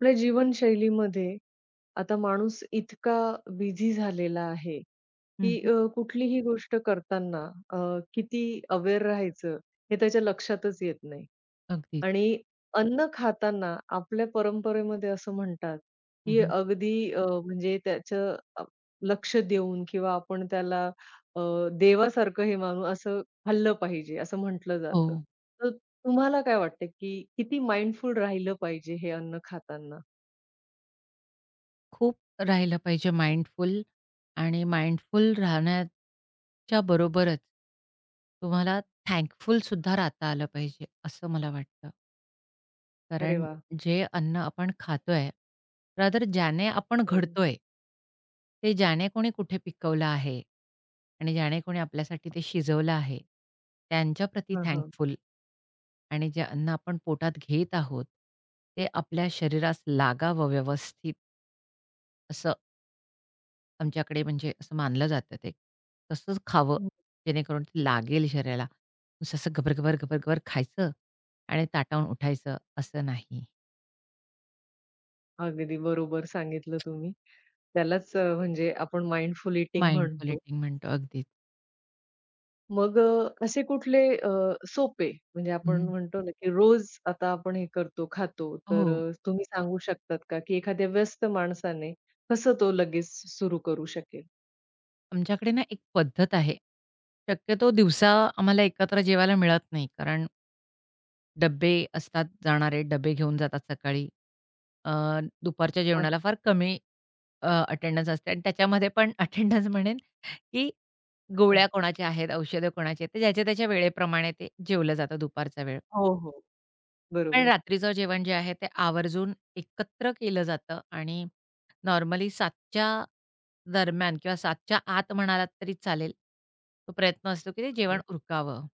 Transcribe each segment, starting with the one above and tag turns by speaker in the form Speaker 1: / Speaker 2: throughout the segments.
Speaker 1: आपल्या जीवनशैलीमध्ये आता माणूस इतका बिझी झालेला आहे, की
Speaker 2: हं,
Speaker 1: कुठलीही गोष्ट करताना अ, किती अवेअर राहायचं हे त्याच्या लक्षातच येत नाही.
Speaker 2: अगदीच.
Speaker 1: आणि अन्न खाताना आपल्या परंपरेमध्ये असं म्हणतात, की
Speaker 2: हं,
Speaker 1: अगदी म्हणजे त्याचं लक्ष देऊन किंवा आपण त्याला अ, देवासारखं हे मानू असं खाल्लं पाहिजे, असं म्हटलं
Speaker 2: हो.
Speaker 1: जातं. तर तुम्हाला काय वाटतं, की किती माइंडफुल राहिलं पाहिजे हे अन्न खाताना?
Speaker 2: खूप राहिलं पाहिजे माइंडफुल आणि माइंडफुल राहण्याच्या बरोबरच तुम्हाला थँकफुल सुद्धा राहता आलं पाहिजे, असं मला वाटतं.
Speaker 1: अरे
Speaker 2: कारण
Speaker 1: वाह!
Speaker 2: जे अन्न आपण खातोय, रादर ज्याने आपण
Speaker 1: हो.
Speaker 2: घडतोय, ते ज्याने कोणी कुठे पिकवलं आहे आणि ज्याने कोणी आपल्यासाठी ते शिजवलं आहे, त्यांच्याप्रती
Speaker 1: हां, हां.
Speaker 2: थँकफुल. आणि जे अन्न आपण पोटात घेत आहोत, ते आपल्या शरीरास लागावं व्यवस्थित असं आमच्याकडे, म्हणजे असं मानलं जातं ते. तसंच खावं
Speaker 1: हं.
Speaker 2: जेणेकरून ते लागेल शरीराला. नुसतं असं घबर-घबर, घबर-घबर खायचं आणि ताटावून उठायचं असं नाही.
Speaker 1: अगदी बरोबर सांगितलं तुम्ही. त्यालाच म्हणजे आपण माइंडफुल ईटिंग
Speaker 2: माइंडफुल
Speaker 1: म्हणतो.
Speaker 2: ईटिंग म्हणतो अगदीच.
Speaker 1: मग असे कुठले सोपे म्हणजे आपण
Speaker 2: हं.
Speaker 1: म्हणतो ना, की रोज आता आपण हे करतो, खातो. तर
Speaker 2: हो.
Speaker 1: तुम्ही सांगू शकतात का, की एखाद्या व्यस्त माणसाने कसं तो लगेच सुरू करू शकेल?
Speaker 2: आमच्याकडे ना एक पद्धत आहे. शक्यतो दिवसा आम्हाला एकत्र जेवायला मिळत नाही, कारण डब्बे असतात जाणारे, डब्बे घेऊन जातात सकाळी. अ, दुपारच्या
Speaker 1: हां,
Speaker 2: जेवणाला फार कमी अटेंडन्स असते आणि त्याच्यामध्ये पण अटेंडन्स म्हणेन, की
Speaker 1: हां, हां.
Speaker 2: गोळ्या कोणाच्या आहेत, औषधं कोणाची आहेत, तर ज्याच्या त्याच्या वेळेप्रमाणे ते जेवलं जातं दुपारचा वेळ.
Speaker 1: हो, हो.
Speaker 2: पण
Speaker 1: बरोबर.
Speaker 2: रात्रीचं जेवण जे आहे ते आवर्जून एकत्र केलं जातं आणि नॉर्मली 7च्या दरम्यान किंवा 7च्या आत म्हणालात तरी चालेल. तो प्रयत्न असतो की ते जेवण
Speaker 1: हो.
Speaker 2: उरकावं.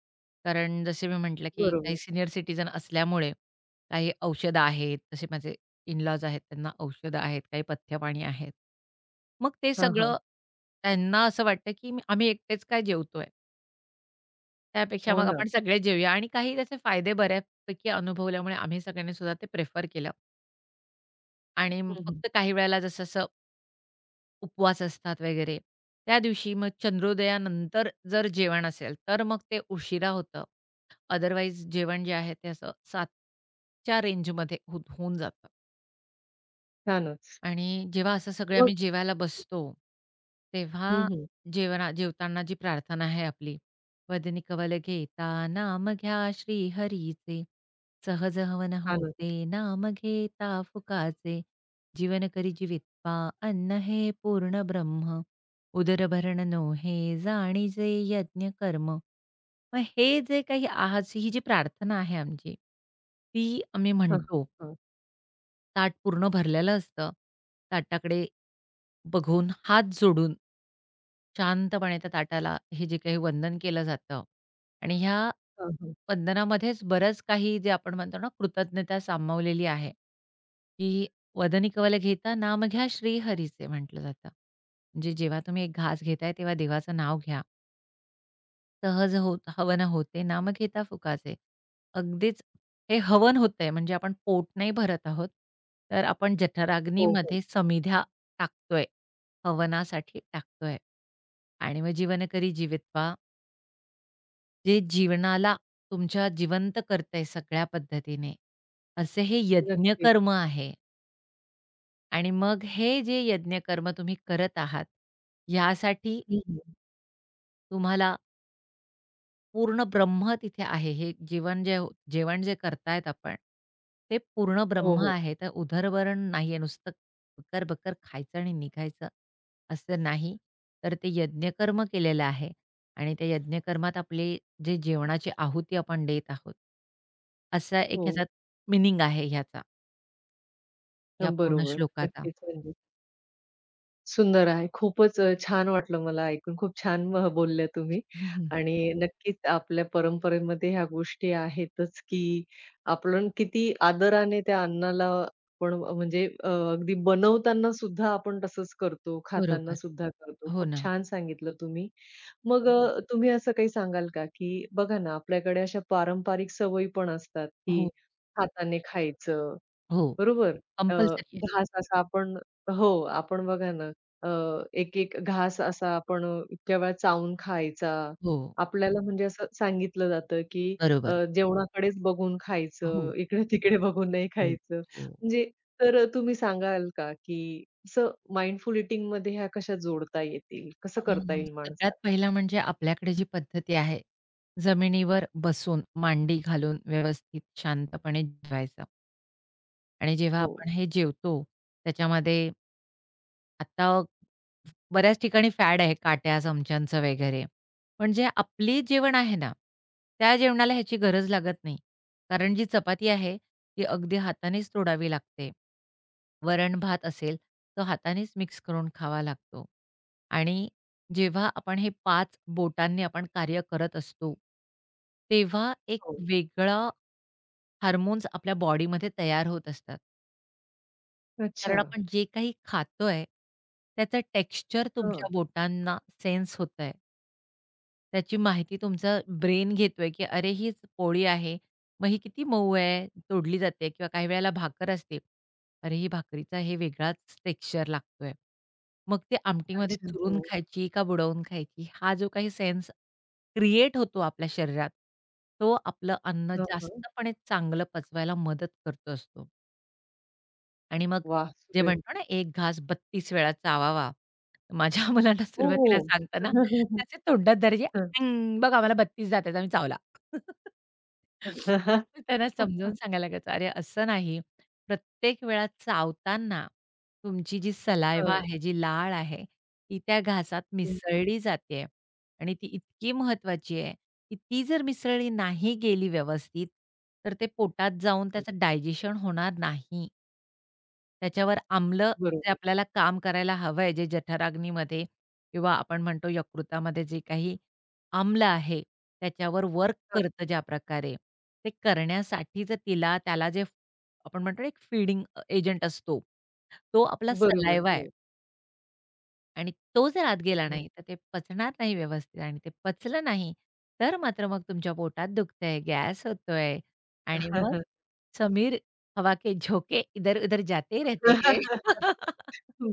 Speaker 2: कारण जसे मी म्हटलं की काही
Speaker 1: बरोबर.
Speaker 2: सीनियर सिटीझन असल्यामुळे काही औषधं आहेत. जसे माझे इन-लॉज आहेत, त्यांना औषधं आहेत, काही पथ्यपाणी आहेत. मग ते
Speaker 1: हां, हां.
Speaker 2: सगळं, त्यांना असं वाटतं की आम्ही एकटेच काय जेवतोय? त्यापेक्षा
Speaker 1: हो
Speaker 2: मग
Speaker 1: ना.
Speaker 2: आपण सगळेच जेऊया, आणि काही त्याचे फायदे बऱ्यापैकी अनुभवल्यामुळे आम्ही सगळ्यांनी सुद्धा ते प्रिफर केलं. आणि
Speaker 1: हं, हं.
Speaker 2: फक्त काही वेळेला, जसं-जसं उपवास असतात वगैरे, त्या दिवशी मग चंद्रोदयानंतर जर जेवण असेल, तर मग ते उशिरा होतं. अदरवाईज जेवण जे आहे ते असं 7च्या रेंजमध्ये होऊन जातं.
Speaker 1: छानच.
Speaker 2: आणि जेव्हा असं सगळे
Speaker 1: मग
Speaker 2: आम्ही जेवायला बसतो, तेव्हा
Speaker 1: हं, हं.
Speaker 2: जेवताना जी प्रार्थना आहे आपली, "वदनी कवल घेता नाम घ्या श्री हरीचे, सहज हवन
Speaker 1: छानच.
Speaker 2: होते नाम घेता फुकाचे, जीवन करी जीवित्वा अन्न हे पूर्ण ब्रह्म, उदर भरण नोहे जाणीजे यज्ञ कर्म." मग हे जे काही आज ही जी प्रार्थना आहे आमची, ती आम्ही
Speaker 1: हां,
Speaker 2: म्हणतो.
Speaker 1: हां.
Speaker 2: ताट पूर्ण भरलेलं असतं. ताटाकडे बघून, हात जोडून शांतपणे त्या ताटाला हे जे काही वंदन केलं जातं, आणि ह्या
Speaker 1: हां, हां.
Speaker 2: वंदनामध्येच बरंच काही, जे आपण म्हणतो ना कृतज्ञता, सामावलेली आहे. की "वदनी कवल घेता नाम घ्या श्रीहरीचे" म्हटलं जातं. म्हणजे जेव्हा तुम्ही एक घास घेताय, तेव्हा देवाचं नाव घ्या. सहज होत हवनं होते, नाम घेता फुकाचे. अगदीच हे हवन होतंय म्हणजे आपण पोट नाही भरत आहोत, तर आपण
Speaker 1: हो, हो.
Speaker 2: जठराग्नीमध्ये समिध्या टाकतोय, हवनासाठी टाकतोय. आणि मग जीवन करी जीवित्वा, जे जीवनाला तुमच्या जिवंत करतंय सगळ्या पद्धतीने, असे हे
Speaker 1: नक्कीच.
Speaker 2: यज्ञकर्म आहे. आणि मग हे जे यज्ञकर्म तुम्ही करत आहात, यासाठी तुम्हाला पूर्ण ब्रह्म तिथे आहे. हे जेवण जे जेवण जे करतायत आपण, ते पूर्ण
Speaker 1: हो,
Speaker 2: ब्रह्म
Speaker 1: हो.
Speaker 2: आहे. तर उदरवरण नाहीये. नुसतं बकर-बकर खायचं आणि निघायचं असं नाही. तर ते यज्ञकर्म केलेलं आहे आणि त्या यज्ञकर्मात आपले जे जेवणाची आहुती आपण देत आहोत, असा एक
Speaker 1: हो.
Speaker 2: ह्याचा मीनिंग आहे ह्याचा, या पूर्ण
Speaker 1: बरोबर.
Speaker 2: श्लोकाचा.
Speaker 1: नक्कीच म्हणजे सुंदर आहे. खूपच छान वाटलं मला ऐकून. खूप छान म बोलल्या तुम्ही.
Speaker 2: हम्म.
Speaker 1: आणि नक्कीच आपल्या परंपरेमध्ये ह्या गोष्टी आहेतच, की आपण किती आदराने त्या अन्नाला आपण म्हणजे अगदी बनवताना सुद्धा आपण तसंच करतो, खाताना
Speaker 2: बरोबर.
Speaker 1: सुद्धा करतो.
Speaker 2: हो
Speaker 1: खूप
Speaker 2: ना.
Speaker 1: छान सांगितलं तुम्ही. मग तुम्ही असं काही सांगाल का, की बघा ना आपल्याकडे अशा पारंपरिक सवयी पण असतात, की
Speaker 2: हो,
Speaker 1: हाताने खायचं
Speaker 2: हो.
Speaker 1: बरोबर. अ,
Speaker 2: कंपल्सरी आहे.
Speaker 1: घास असा आपण हो, आपण बघा ना, अ, एक-एक घास असा आपण इतक्या वेळा चावून खायचा.
Speaker 2: हो,
Speaker 1: आपल्याला म्हणजे असं सांगितलं जातं, की अ,
Speaker 2: बरोबर.
Speaker 1: जेवणाकडेच बघून
Speaker 2: हो,
Speaker 1: खायचं, इकडे-तिकडे बघून नाही
Speaker 2: हो,
Speaker 1: खायचं.
Speaker 2: हो.
Speaker 1: म्हणजे तर तुम्ही सांगाल का, की असं माइंडफुल ईटिंगमध्ये ह्या कशा जोडता येतील? कसं करता
Speaker 2: हां,
Speaker 1: येईल
Speaker 2: सगळ्यात
Speaker 1: माणसाला?
Speaker 2: पहिला म्हणजे आपल्याकडे जी पद्धती आहे, जमिनीवर बसून मांडी घालून व्यवस्थित शांतपणे जेवायचं. आणि जेव्हा
Speaker 1: हो,
Speaker 2: आपण हे जेवतो त्याच्यामध्ये, आता बऱ्याच ठिकाणी फॅड आहे काट्या, चमच्यांचं वगैरे. पण जे आपली जेवण आहे ना, त्या जेवणाला ह्याची गरज लागत नाही. कारण जी चपाती आहे ती अगदी हातानेच तोडावी लागते. वरण-भात असेल तो हातानेच मिक्स करून खावा लागतो. आणि जेव्हा आपण हे 5 बोटांनी कार्य करत असतो, तेव्हा एक
Speaker 1: हो.
Speaker 2: वेगळा हार्मोन्स आपल्या बॉडीमध्ये तयार होत असतात.
Speaker 1: अच्छा.
Speaker 2: कारण आपण जे काही खातोय, त्याचं टेक्स्चर तुमच्या
Speaker 1: हं.
Speaker 2: बोटांना सेन्स होतंय. त्याची माहिती तुमचं ब्रेन घेतोय, की "अरे, हीच पोळी आहे. मग ही किती मऊ आहे, तोडली जाते." किंवा काही वेळेला भाकर असते. "अरे, ही भाकरीचा हे वेगळाच टेक्स्चर लागतोय." मग ते आमटीमध्ये
Speaker 1: अच्छा.
Speaker 2: चुरून
Speaker 1: हो.
Speaker 2: खायची का बुडवून खायची? हा जो काही सेन्स क्रिएट होतो आपल्या शरीरात, तो आपलं अन्न
Speaker 1: हं, हं.
Speaker 2: जास्तपणे चांगलं पचवायला मदत करत असतो. आणि मग
Speaker 1: वाह!
Speaker 2: जे
Speaker 1: सुरेख.
Speaker 2: म्हणतो ना, "एक घास 32 वेळा चावावा." माझ्या मुलांना
Speaker 1: हो,
Speaker 2: सुरुवातीला
Speaker 1: हो.
Speaker 2: सांगताना त्याचे तोंडात धरायचे, "अँग बघ आम्हाला 32 जात आम्ही चावला."
Speaker 1: हां.
Speaker 2: मग त्यांना समजावून सांगायला लागायचं, "अरे असं नाही, प्रत्येक वेळा चावताना तुमची जी सलायवा आहे, जी लाळ आहे, ती त्या घासात
Speaker 1: हं, हं,
Speaker 2: मिसळली जाते आहे आणि ती इतकी महत्त्वाची आहे, की ती जर मिसळी नाही गेली व्यवस्थित, तर ते पोटात जाऊन
Speaker 1: हं.
Speaker 2: त्याचं डायजेशन होणार नाही. त्याच्यावर आम्लं जे
Speaker 1: बरोबर.
Speaker 2: आपल्याला काम करायला हवंय, जे जठराग्नीमध्ये किंवा आपण म्हणतो यकृतामध्ये जे काही आम्ल आहे, त्याच्यावर वर्क
Speaker 1: हां,
Speaker 2: करतं ज्या प्रकारे, ते करण्यासाठीच त्याला जे आपण म्हणतो ना, एक फीडिंग एजंट असतो, तो आपला
Speaker 1: बरोबर.
Speaker 2: सलायवा आहे.
Speaker 1: हो.
Speaker 2: आणि तो जर आत गेला
Speaker 1: हं.
Speaker 2: नाही, तर ते पचणार नाही व्यवस्थित, आणि ते पचलं नाही, तर मात्र मग तुमच्या पोटात दुखतंय, गॅस होतोय आणि मग समीर हवा के झोके इधर-उधर जाते रहते हैं.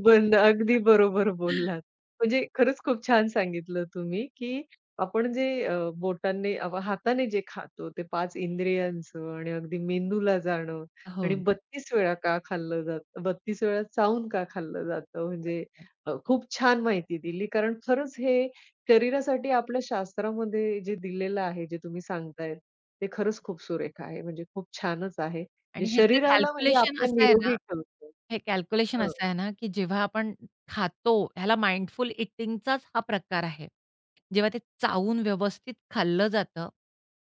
Speaker 1: बंद. अगदी बरोबर बोललात. म्हणजे खरंच खूप छान सांगितलं तुम्ही, की आपण जे बोटांनी हाताने जे खातो ते पाच इंद्रियांचं आणि अगदी मेंदूला जाणं
Speaker 2: हो,
Speaker 1: आणि 32 वेळा का खाल्लं जातं, 32 वेळा चावून का खाल्लं जातं. म्हणजे
Speaker 2: बरोबर.
Speaker 1: खूप छान माहिती दिली. कारण खरंच हे शरीरासाठी आपल्या शास्त्रामध्ये जे दिलेलं आहे, जे तुम्ही सांगतायत, ते खरंच खूप सुरेख आहे. म्हणजे खूप छानच आहे. जे
Speaker 2: आणि ह्याचं
Speaker 1: शरीराला म्हणजे
Speaker 2: कॅल्क्युलेशन
Speaker 1: आपल्या
Speaker 2: असं आहे ना,
Speaker 1: निरोगी ठेवतं.
Speaker 2: हे कॅल्क्युलेशन
Speaker 1: हं,
Speaker 2: असं आहे ना, की जेव्हा आपण खातो ह्याला माइंडफुल ईटिंगचाच हा प्रकार आहे. जेव्हा ते चावून व्यवस्थित खाल्लं जातं,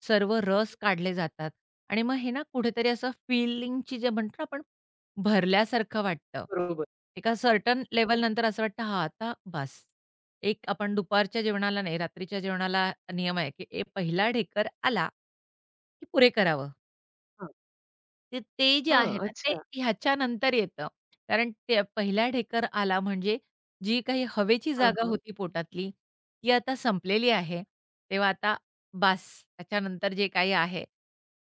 Speaker 2: सर्व रस काढले जातात आणि मग हे ना कुठेतरी असं फीलिंगची, जे म्हणतो ना आपण, भरल्यासारखं वाटतं.
Speaker 1: बरोबर.
Speaker 2: एका सर्टन लेव्हलनंतर असं वाटतं, "हां, आता बास." एक आपण दुपारच्या जेवणाला नाही, रात्रीच्या जेवणाला नियम आहे, की ए पहिला ढेकर आला, की पुरे करावं.
Speaker 1: हां,
Speaker 2: ते ते जे आहे
Speaker 1: हां,
Speaker 2: ना, ते
Speaker 1: अच्छा.
Speaker 2: ह्याच्यानंतर येतं. कारण ते पहिला ढेकर आला म्हणजे जी काही हवेची
Speaker 1: हां,
Speaker 2: जागा
Speaker 1: हां,
Speaker 2: होती पोटातली, ती आता संपलेली आहे. तेव्हा आता बास, त्याच्यानंतर जे काही आहे,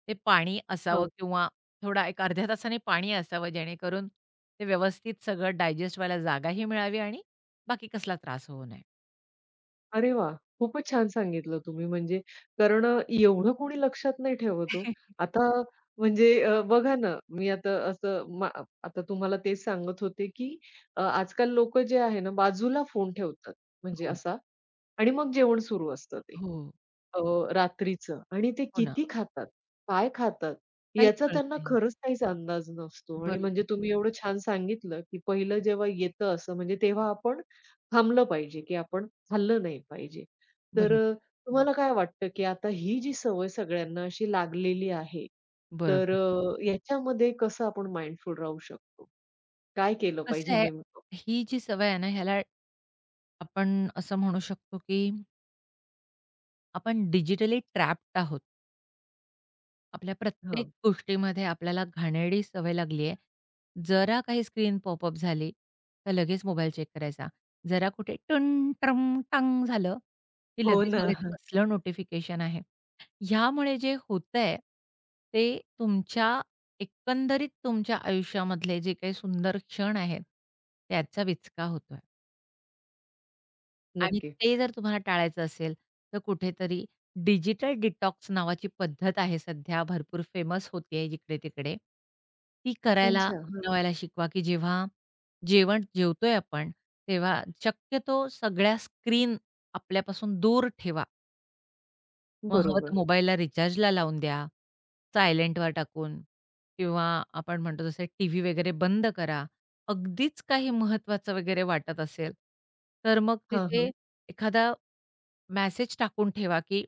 Speaker 2: ते पाणी
Speaker 1: हां.
Speaker 2: असावं, किंवा थोडा एक अर्ध्या तासाने पाणी असावं, जेणेकरून ते व्यवस्थित सगळं डायजेस्ट व्हायला जागाही मिळावी आणि बाकी कसला त्रास होऊ नये.
Speaker 1: अरे वाह! खूपच छान सांगितलं तुम्ही म्हणजे कारण एवढं कोणी लक्षात नाही ठेवत हो. आता म्हणजे बघा ना, मी आता असं मा आता तुम्हाला तेच सांगत होते, की आजकाल लोकं जे आहे ना, बाजूला फोन ठेवतात म्हणजे
Speaker 2: हो,
Speaker 1: असा आणि मग जेवण सुरू असतं ते.
Speaker 2: हो,
Speaker 1: अ, रात्रीचं आणि ते
Speaker 2: हो ना.
Speaker 1: किती खातात? काय खातात?
Speaker 2: काहीच
Speaker 1: याचा
Speaker 2: कळत
Speaker 1: त्यांना
Speaker 2: नाही.
Speaker 1: खरंच काहीच अंदाज नसतो आणि म्हणजे
Speaker 2: बरोबर,
Speaker 1: तुम्ही एवढं छान सांगितलं, की पहिलं जेव्हा येतं असं म्हणजे तेव्हा आपण थांबलं पाहिजे, की आपण खाल्लं नाही पाहिजे. तर
Speaker 2: बरोबर,
Speaker 1: तुम्हाला काय वाटतं, की आता ही जी सवय सगळ्यांना अशी लागलेली आहे, तर
Speaker 2: बरोबर.
Speaker 1: याच्यामध्ये कसं आपण माइंडफुल राहू शकतो? काय केलं
Speaker 2: कसं
Speaker 1: पाहिजे
Speaker 2: आहे,
Speaker 1: नेमकं?
Speaker 2: ही जी सवय आहे ना, ह्याला आपण असं म्हणू शकतो, की आपण डिजिटली ट्रॅप्ड आहोत. आपल्या प्रत्येक
Speaker 1: हां.
Speaker 2: गोष्टीमध्ये आपल्याला घाणेरडी सवय लागली आहे. जरा काही स्क्रीन पॉपअप झाली, तर लगेच मोबाईल चेक करायचा. जरा कुठे टन, ट्रम, टांग झालं, की
Speaker 1: हो
Speaker 2: लगेच
Speaker 1: ना.
Speaker 2: बघायचं
Speaker 1: हां.
Speaker 2: कसलं नोटिफिकेशन आहे. ह्यामुळे जे होतंय, ते तुमच्या एकंदरीत तुमच्या आयुष्यामधले जे काही सुंदर क्षण आहेत, त्याचा विचका होतोय. आणि
Speaker 1: नक्कीच.
Speaker 2: ते जर तुम्हाला टाळायचं असेल, तर कुठेतरी डिजिटल डिटॉक्स नावाची पद्धत आहे, सध्या भरपूर फेमस होतीये जिकडे-तिकडे. ती करायला,
Speaker 1: अच्छा. हां.
Speaker 2: अपनवायला शिकवा, की जेव्हा जेवण जेवतोय आपण, तेव्हा शक्यतो सगळ्या स्क्रीन आपल्यापासून दूर ठेवा. मग हवं तर
Speaker 1: बरोबर.
Speaker 2: मोबाईलला रिचार्जला लावून द्या, सायलेंटवर टाकून, किंवा आपण म्हणतो जसे टीव्ही वगैरे बंद करा. अगदीच काही महत्त्वाचं वगैरे वाटत असेल, तर मग
Speaker 1: हां,
Speaker 2: तिथे
Speaker 1: हां.
Speaker 2: एखादा मेसेज टाकून ठेवा, की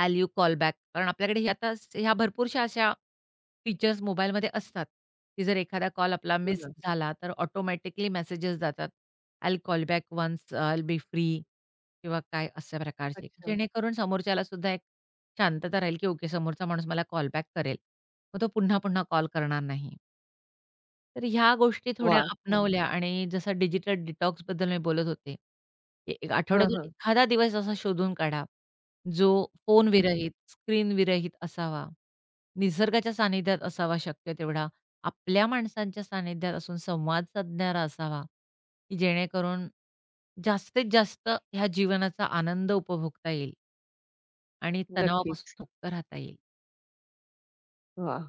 Speaker 2: "अॅल यू कॉल बॅक?" कारण आपल्याकडे हे आता ह्या भरपूरशा अशा फीचर्स मोबाईलमध्ये असतात, की जर एखादा कॉल आपला
Speaker 1: हो
Speaker 2: मिस
Speaker 1: ना.
Speaker 2: झाला, तर ऑटोमॅटिकली मेसेजेस जातात. "I call back once I be free" किंवा काय अशा प्रकारचे,
Speaker 1: अच्छा.
Speaker 2: जेणेकरून समोरच्याला सुद्धा एक शांतता राहील, की ओके समोरचा माणूस मला कॉल बॅक करेल. मग तो पुन्हा-पुन्हा कॉल करणार नाही. तर ह्या गोष्टी थोड्या
Speaker 1: वाह! छान.
Speaker 2: अपनावल्या, आणि जसं डिजिटल डिटॉक्सबद्दल मी बोलत होते, की एक
Speaker 1: हां,
Speaker 2: आठवड्यातून
Speaker 1: हां.
Speaker 2: एखादा दिवस असा शोधून काढा, जो
Speaker 1: हं,
Speaker 2: फोनविरहित,
Speaker 1: हं.
Speaker 2: स्क्रीन विरहित असावा. निसर्गाच्या सानिध्यात असावा शक्य तेवढा. आपल्या माणसांच्या सानिध्यात असून संवाद साधणारा असावा, की जेणेकरून जास्तीत जास्त ह्या जीवनाचा आनंद उपभोगता येईल आणि तणावापासून
Speaker 1: नक्कीच.
Speaker 2: मुक्त राहता येईल.
Speaker 1: वाह!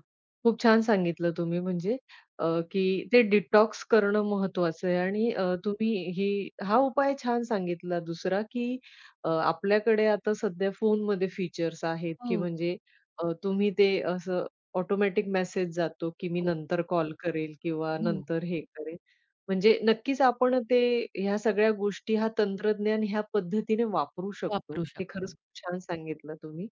Speaker 1: खूप छान सांगितलं तुम्ही म्हणजे अ, की ते डिटॉक्स करणं महत्त्वाचं आहे आणि तुम्ही ही हा उपाय छान सांगितला दुसरा, की आपल्याकडे आता सध्या फोनमध्ये फीचर्स आहेत, की
Speaker 2: हो,
Speaker 1: म्हणजे तुम्ही ते असं ऑटोमॅटिक मेसेज जातो, की मी
Speaker 2: हो,
Speaker 1: नंतर कॉल करेल किंवा
Speaker 2: हो.
Speaker 1: नंतर हे करेल. म्हणजे नक्कीच आपण ते ह्या सगळ्या गोष्टी, हा तंत्रज्ञान ह्या पद्धतीने वापरू शकतो.
Speaker 2: वापरू
Speaker 1: हे खरंच
Speaker 2: शकतो.
Speaker 1: खूप छान सांगितलं तुम्ही.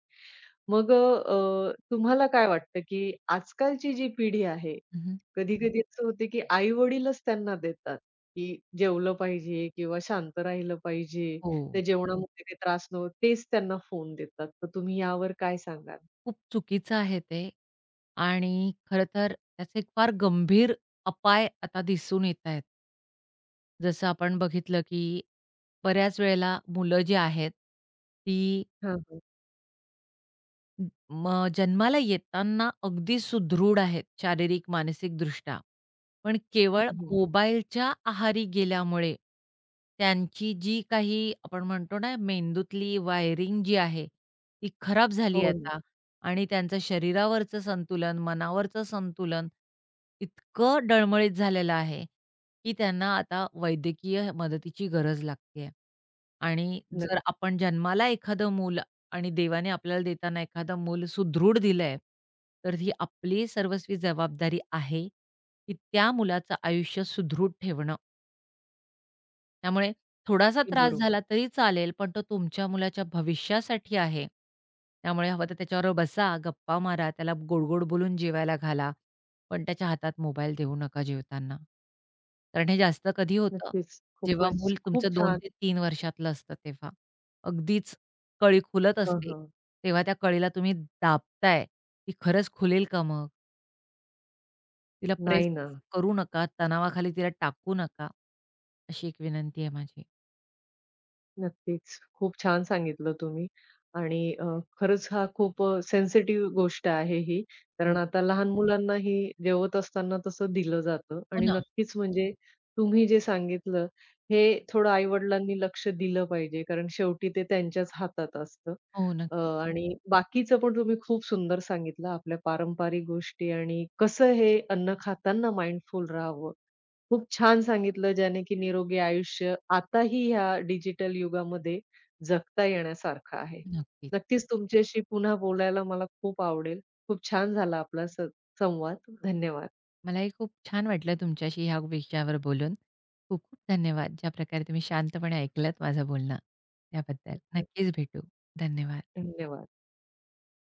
Speaker 1: मग तुम्हाला काय वाटतं, की आजकालची जी पिढी आहे,
Speaker 2: हं,
Speaker 1: कधी-कधी असं होते, की आई-वडीलच त्यांना देतात, की जेवलं पाहिजे किंवा शांत राहिलं पाहिजे.
Speaker 2: हो.
Speaker 1: त्या जेवणामध्ये काही त्रास नको तेच त्यांना फोन देतात. तर तुम्ही यावर काय सांगाल?
Speaker 2: खूप चुकीचं आहे ते, आणि खरं तर त्याचे फार गंभीर अपाय आता दिसून येत आहेत. जसं आपण बघितलं, की बऱ्याच वेळेला मुलं जी आहेत, ती
Speaker 1: हां, हां.
Speaker 2: मग जन्माला येताना अगदी सुदृढ आहेत शारीरिक, मानसिकदृष्ट्या. पण
Speaker 1: हं,
Speaker 2: केवळ हो.
Speaker 1: हं.
Speaker 2: मोबाईलच्या आहारी गेल्यामुळे त्यांची जी काही आपण म्हणतो ना, मेंदूतली वायरिंग जी आहे, ती खराब झाली
Speaker 1: हो ना.
Speaker 2: आता. आणि त्यांचं शरीरावरचं संतुलन, मनावरचं संतुलन इतकं डळमळीत झालेलं आहे, की त्यांना आता वैद्यकीय मदतीची गरज लागते. आणि जर
Speaker 1: नक्की
Speaker 2: आपण जन्माला एखादं मूल, आणि देवाने आपल्याला देताना एखादं मूल सुदृढ दिलंय, तर ही आपली सर्वस्वी जबाबदारी आहे, की त्या मुलाचं आयुष्य सुदृढ ठेवणं. त्यामुळे थोडासा त्रास बरोबर
Speaker 1: बरोबर.
Speaker 2: झाला तरी चालेल, पण तो तुमच्या मुलाच्या भविष्यासाठी आहे. त्यामुळे हवं तर त्याच्याबरोबर बसा, गप्पा मारा, त्याला गोड बोलून जेवायला घाला. पण त्याच्या हातात मोबाईल देऊ नका जेवताना. कारण हे जास्त कधी होतं?
Speaker 1: नक्कीच.
Speaker 2: जेव्हा
Speaker 1: खूपच
Speaker 2: मूल
Speaker 1: खूप
Speaker 2: तुमचं 2
Speaker 1: छान.
Speaker 2: ते 3 वर्षातलं असतं तेव्हा. अगदीच कळी खुलत
Speaker 1: हां,
Speaker 2: असते,
Speaker 1: हां.
Speaker 2: तेव्हा त्या कळीला तुम्ही दाबताय, ती खरंच खुलेल का मग? तिला प्रेस
Speaker 1: नाही ना.
Speaker 2: करू नका, तणावाखाली तिला टाकू नका. अशी एक विनंती आहे माझी.
Speaker 1: नक्कीच. खूप छान सांगितलं तुम्ही आणि खरंच हा खूप सेन्सिटिव्ह गोष्ट आहे ही.
Speaker 2: हो.
Speaker 1: कारण आता लहान मुलांनाही जेवत असताना तसं दिलं जातं
Speaker 2: हो
Speaker 1: आणि
Speaker 2: ना.
Speaker 1: नक्कीच म्हणजे तुम्ही जे सांगितलं हे थोडं आई-वडिलांनी लक्ष दिलं पाहिजे. कारण शेवटी ते त्यांच्याच हातात असतं.
Speaker 2: हो,
Speaker 1: अ,
Speaker 2: नक्की,
Speaker 1: आणि बाकीचं पण तुम्ही खूप सुंदर सांगितलं आपल्या पारंपरिक गोष्टी आणि कसं हे अन्न खाताना माइंडफुल राहावं खूप छान सांगितलं ज्याने की निरोगी आयुष्य आताही ह्या डिजिटल युगामध्ये जगता येण्यासारखं आहे.
Speaker 2: नक्कीच.
Speaker 1: नक्कीच तुमच्याशी पुन्हा बोलायला मला खूप आवडेल. खूप छान झाला आपला स संवाद. धन्यवाद.
Speaker 2: मलाही खूप छान वाटलं तुमच्याशी ह्या विषयावर बोलून. खूप खूप धन्यवाद. ज्या प्रकारे तुम्ही शांतपणे ऐकलत माझं बोलणं त्याबद्दल. नक्कीच भेटू. धन्यवाद.
Speaker 1: धन्यवाद.